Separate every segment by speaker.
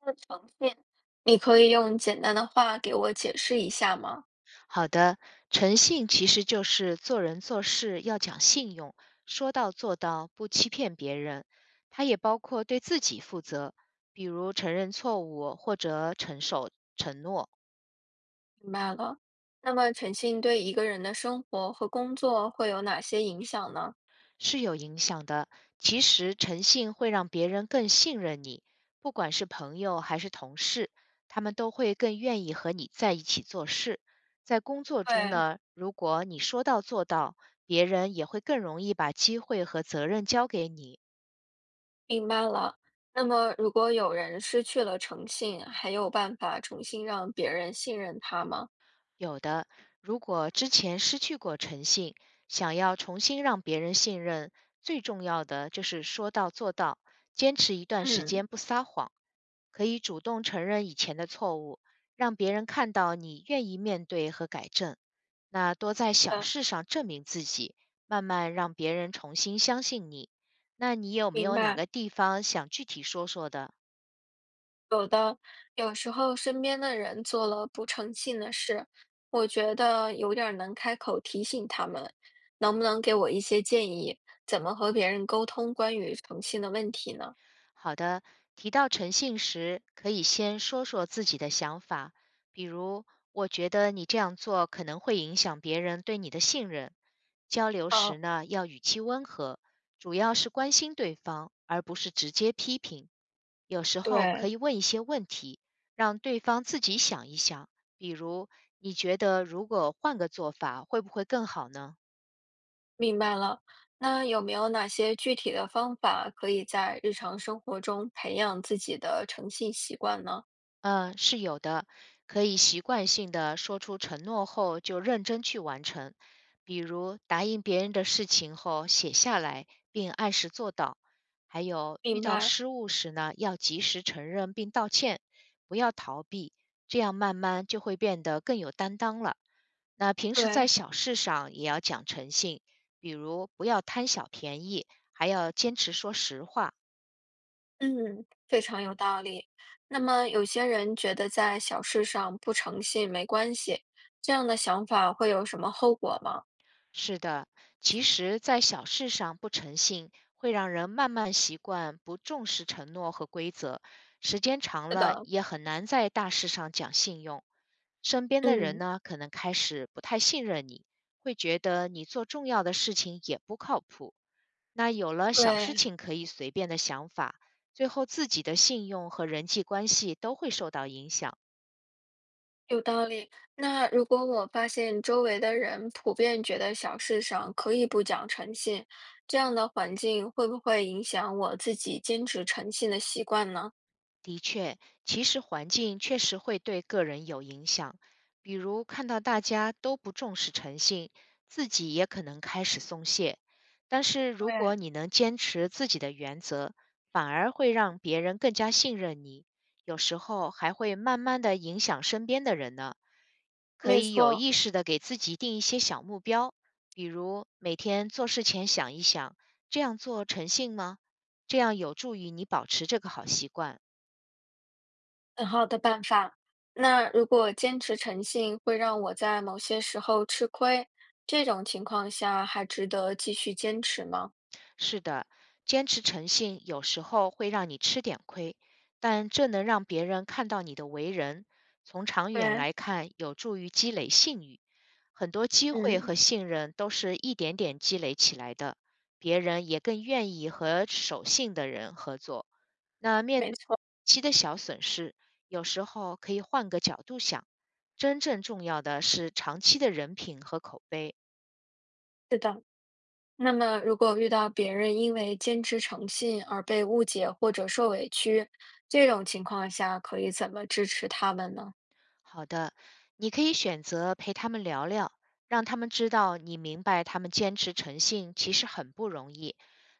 Speaker 1: 那常见，你可以用简单的话给我解释一下吗？
Speaker 2: 好的，诚信其实就是做人做事要讲信用，说到做到，不欺骗别人。它也包括对自己负责，比如承认错误或者承受承诺
Speaker 1: 明白了。那么诚信对一个人的生活和工作会有哪些影响呢？
Speaker 2: 是有影响的。其实诚信会让别人更信任你，不管是朋友还是同事，他们都会更愿意和你在一起做事。在工作中
Speaker 1: 对，
Speaker 2: 呢，如果你说到做到，别人也会更容易把机会和责任交给你。
Speaker 1: 明白了。那么如果有人失去了诚信，还有办法重新让别人信任他吗？
Speaker 2: 有的，如果之前失去过诚信，想要重新让别人信任，最重要的就是说到做到，坚持一段时
Speaker 1: 嗯，
Speaker 2: 间不撒谎，可以主动承认以前的错误，让别人看到你愿意面对和改正。那多在
Speaker 1: 好
Speaker 2: 小
Speaker 1: 的，
Speaker 2: 事上证明自己，慢慢让别人重新相信你。那你有没
Speaker 1: 明
Speaker 2: 有哪
Speaker 1: 白。
Speaker 2: 个地方想具体说说的？
Speaker 1: 有的，有时候身边的人做了不诚信的事，我觉得有点儿难开口提醒他们，能不能给我一些建议，怎么和别人沟通关于诚信的问题呢？
Speaker 2: 好的，提到诚信时，可以先说说自己的想法，比如我觉得你这样做可能会影响别人对你的信任。交流时
Speaker 1: 哦，
Speaker 2: 呢，要语气温和，主要是关心对方，而不是直接批评。有时候可
Speaker 1: 对，
Speaker 2: 以问一些问题，让对方自己想一想，比如你觉得如果换个做法会不会更好呢？
Speaker 1: 明白了。那有没有哪些具体的方法可以在日常生活中培养自己的诚信习惯呢？
Speaker 2: 嗯，是有的，可以习惯性的说出承诺后就认真去完成，比如答应别人的事情后写下来并按时做到，还有遇
Speaker 1: 明
Speaker 2: 到
Speaker 1: 白，
Speaker 2: 失误时呢，要及时承认并道歉，不要逃避，这样慢慢就会变得更有担当了。那平时在
Speaker 1: 对。
Speaker 2: 小事上也要讲诚信，比如不要贪小便宜，还要坚持说实话。
Speaker 1: 嗯，非常有道理。那么，有些人觉得在小事上不诚信没关系，这样的想法会有什么后果吗？
Speaker 2: 是的，其实，在小事上不诚信，会让人慢慢习惯不重视承诺和规则，时间长
Speaker 1: 是
Speaker 2: 了
Speaker 1: 的，
Speaker 2: 也很难在大事上讲信用。身边的人
Speaker 1: 嗯，
Speaker 2: 呢，可能开始不太信任你，会觉得你做重要的事情也不靠谱。那有了小事
Speaker 1: 对，
Speaker 2: 情可以随便的想法，最后自己的信用和人际关系都会受到影响。
Speaker 1: 有道理。那如果我发现周围的人普遍觉得小事上可以不讲诚信，这样的环境会不会影响我自己坚持诚信的习惯呢？
Speaker 2: 的确，其实环境确实会对个人有影响。比如看到大家都不重视诚信，自己也可能开始松懈。但是如果
Speaker 1: 对，
Speaker 2: 你能坚持自己的原则，反而会让别人更加信任你，有时候还会慢慢的影响身边的人呢。可
Speaker 1: 没
Speaker 2: 以有
Speaker 1: 错。
Speaker 2: 意识的给自己定一些小目标，比如每天做事前想一想，这样做诚信吗？这样有助于你保持这个好习惯。
Speaker 1: 很好的办法。那如果坚持诚信会让我在某些时候吃亏，这种情况下还值得继续坚持吗？
Speaker 2: 是的，坚持诚信有时候会让你吃点亏，但这能让别人看到你的为人，从长远
Speaker 1: 对，
Speaker 2: 来看有助于积累信誉。很多机会
Speaker 1: 嗯，
Speaker 2: 和信任都是一点点积累起来的，别人也更愿意和守信的人合作。那面
Speaker 1: 没
Speaker 2: 对
Speaker 1: 错，
Speaker 2: 其的小损失，有时候可以换个角度想，真正重要的是长期的人品和口碑。
Speaker 1: 是的。那么，如果遇到别人因为坚持诚信而被误解或者受委屈，这种情况下可以怎么支持他们呢？
Speaker 2: 好的，你可以选择陪他们聊聊，让他们知道你明白他们坚持诚信其实很不容易。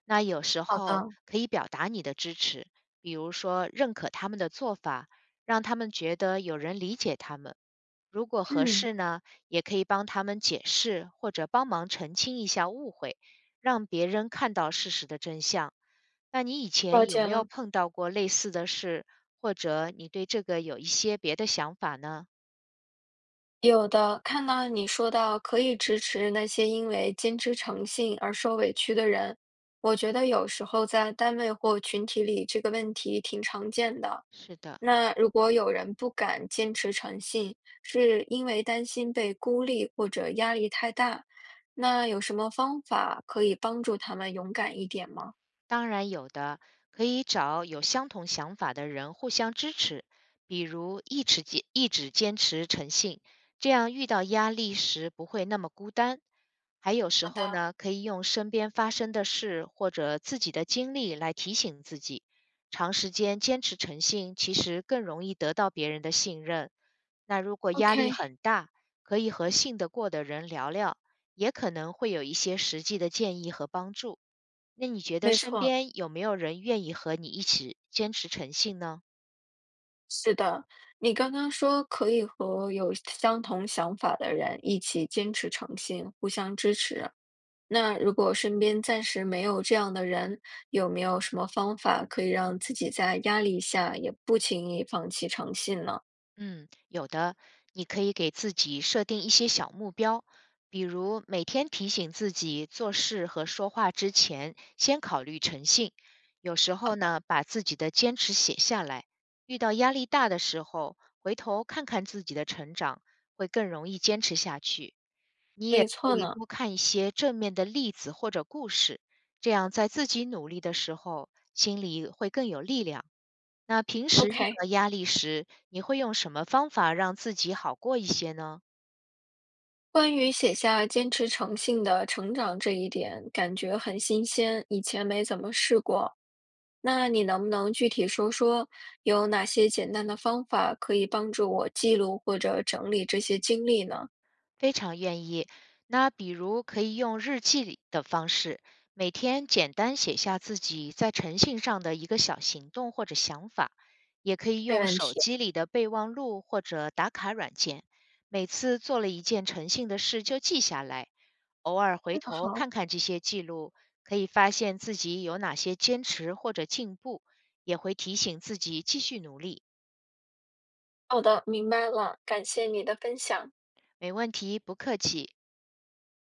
Speaker 2: 那有时
Speaker 1: 好
Speaker 2: 候
Speaker 1: 的，
Speaker 2: 可以表达你的支持，比如说认可他们的做法，让他们觉得有人理解他们。如果合
Speaker 1: 嗯，
Speaker 2: 适呢，也可以帮他们解释或者帮忙澄清一下误会，让别人看到事实的真相。那你以
Speaker 1: 了
Speaker 2: 前有
Speaker 1: 解
Speaker 2: 没有
Speaker 1: 了。
Speaker 2: 碰到过类似的事，或者你对这个有一些别的想法呢？
Speaker 1: 有的，看到你说到可以支持那些因为坚持诚信而受委屈的人，我觉得有时候在单位或群体里这个问题挺常见的。
Speaker 2: 是的，
Speaker 1: 那如果有人不敢坚持诚信，是因为担心被孤立或者压力太大，那有什么方法可以帮助他们勇敢一点吗？
Speaker 2: 当然有的，可以找有相同想法的人互相支持，比如一直坚持诚信，这样遇到压力时不会那么孤单。还有时
Speaker 1: 好
Speaker 2: 候
Speaker 1: 的
Speaker 2: 呢，可以用身边发生的事或者自己的经历来提醒自己，长时间坚持诚信，其实更容易得到别人的信任。那如果压力
Speaker 1: ，OK，
Speaker 2: 很大，可以和信得过的人聊聊，也可能会有一些实际的建议和帮助。那你觉得
Speaker 1: 没
Speaker 2: 身
Speaker 1: 错。
Speaker 2: 边有没有人愿意和你一起坚持诚信呢？
Speaker 1: 是的，你刚刚说可以和有相同想法的人一起坚持诚信，互相支持。那如果身边暂时没有这样的人，有没有什么方法可以让自己在压力下也不轻易放弃诚信呢？
Speaker 2: 嗯，有的，你可以给自己设定一些小目标，比如每天提醒自己做事和说话之前先考虑诚信。有时候呢，把自己的坚持写下来，遇到压力大的时候，回头看看自己的成长，会更容易坚持下去。你也
Speaker 1: 没
Speaker 2: 可
Speaker 1: 错
Speaker 2: 以
Speaker 1: 呢。
Speaker 2: 多看一些正面的例子或者故事，这样在自己努力的时候，心里会更有力量。那平时遇
Speaker 1: OK，
Speaker 2: 到压力时，你会用什么方法让自己好过一些呢？
Speaker 1: 关于写下坚持诚信的成长这一点，感觉很新鲜，以前没怎么试过。那你能不能具体说说有哪些简单的方法可以帮助我记录或者整理这些经历呢？
Speaker 2: 非常愿意。那比如可以用日记的方式，每天简单写下自己在诚信上的一个小行动或者想法，也可以
Speaker 1: 没
Speaker 2: 用
Speaker 1: 问
Speaker 2: 手
Speaker 1: 题，
Speaker 2: 机里的备忘录或者打卡软件，每次做了一件诚信的事就记下来，偶尔回
Speaker 1: 这个
Speaker 2: 头
Speaker 1: 好，
Speaker 2: 看看这些记录，可以发现自己有哪些坚持或者进步，也会提醒自己继续努力。
Speaker 1: 好的，明白了，感谢你的分享。
Speaker 2: 没问题，不客气。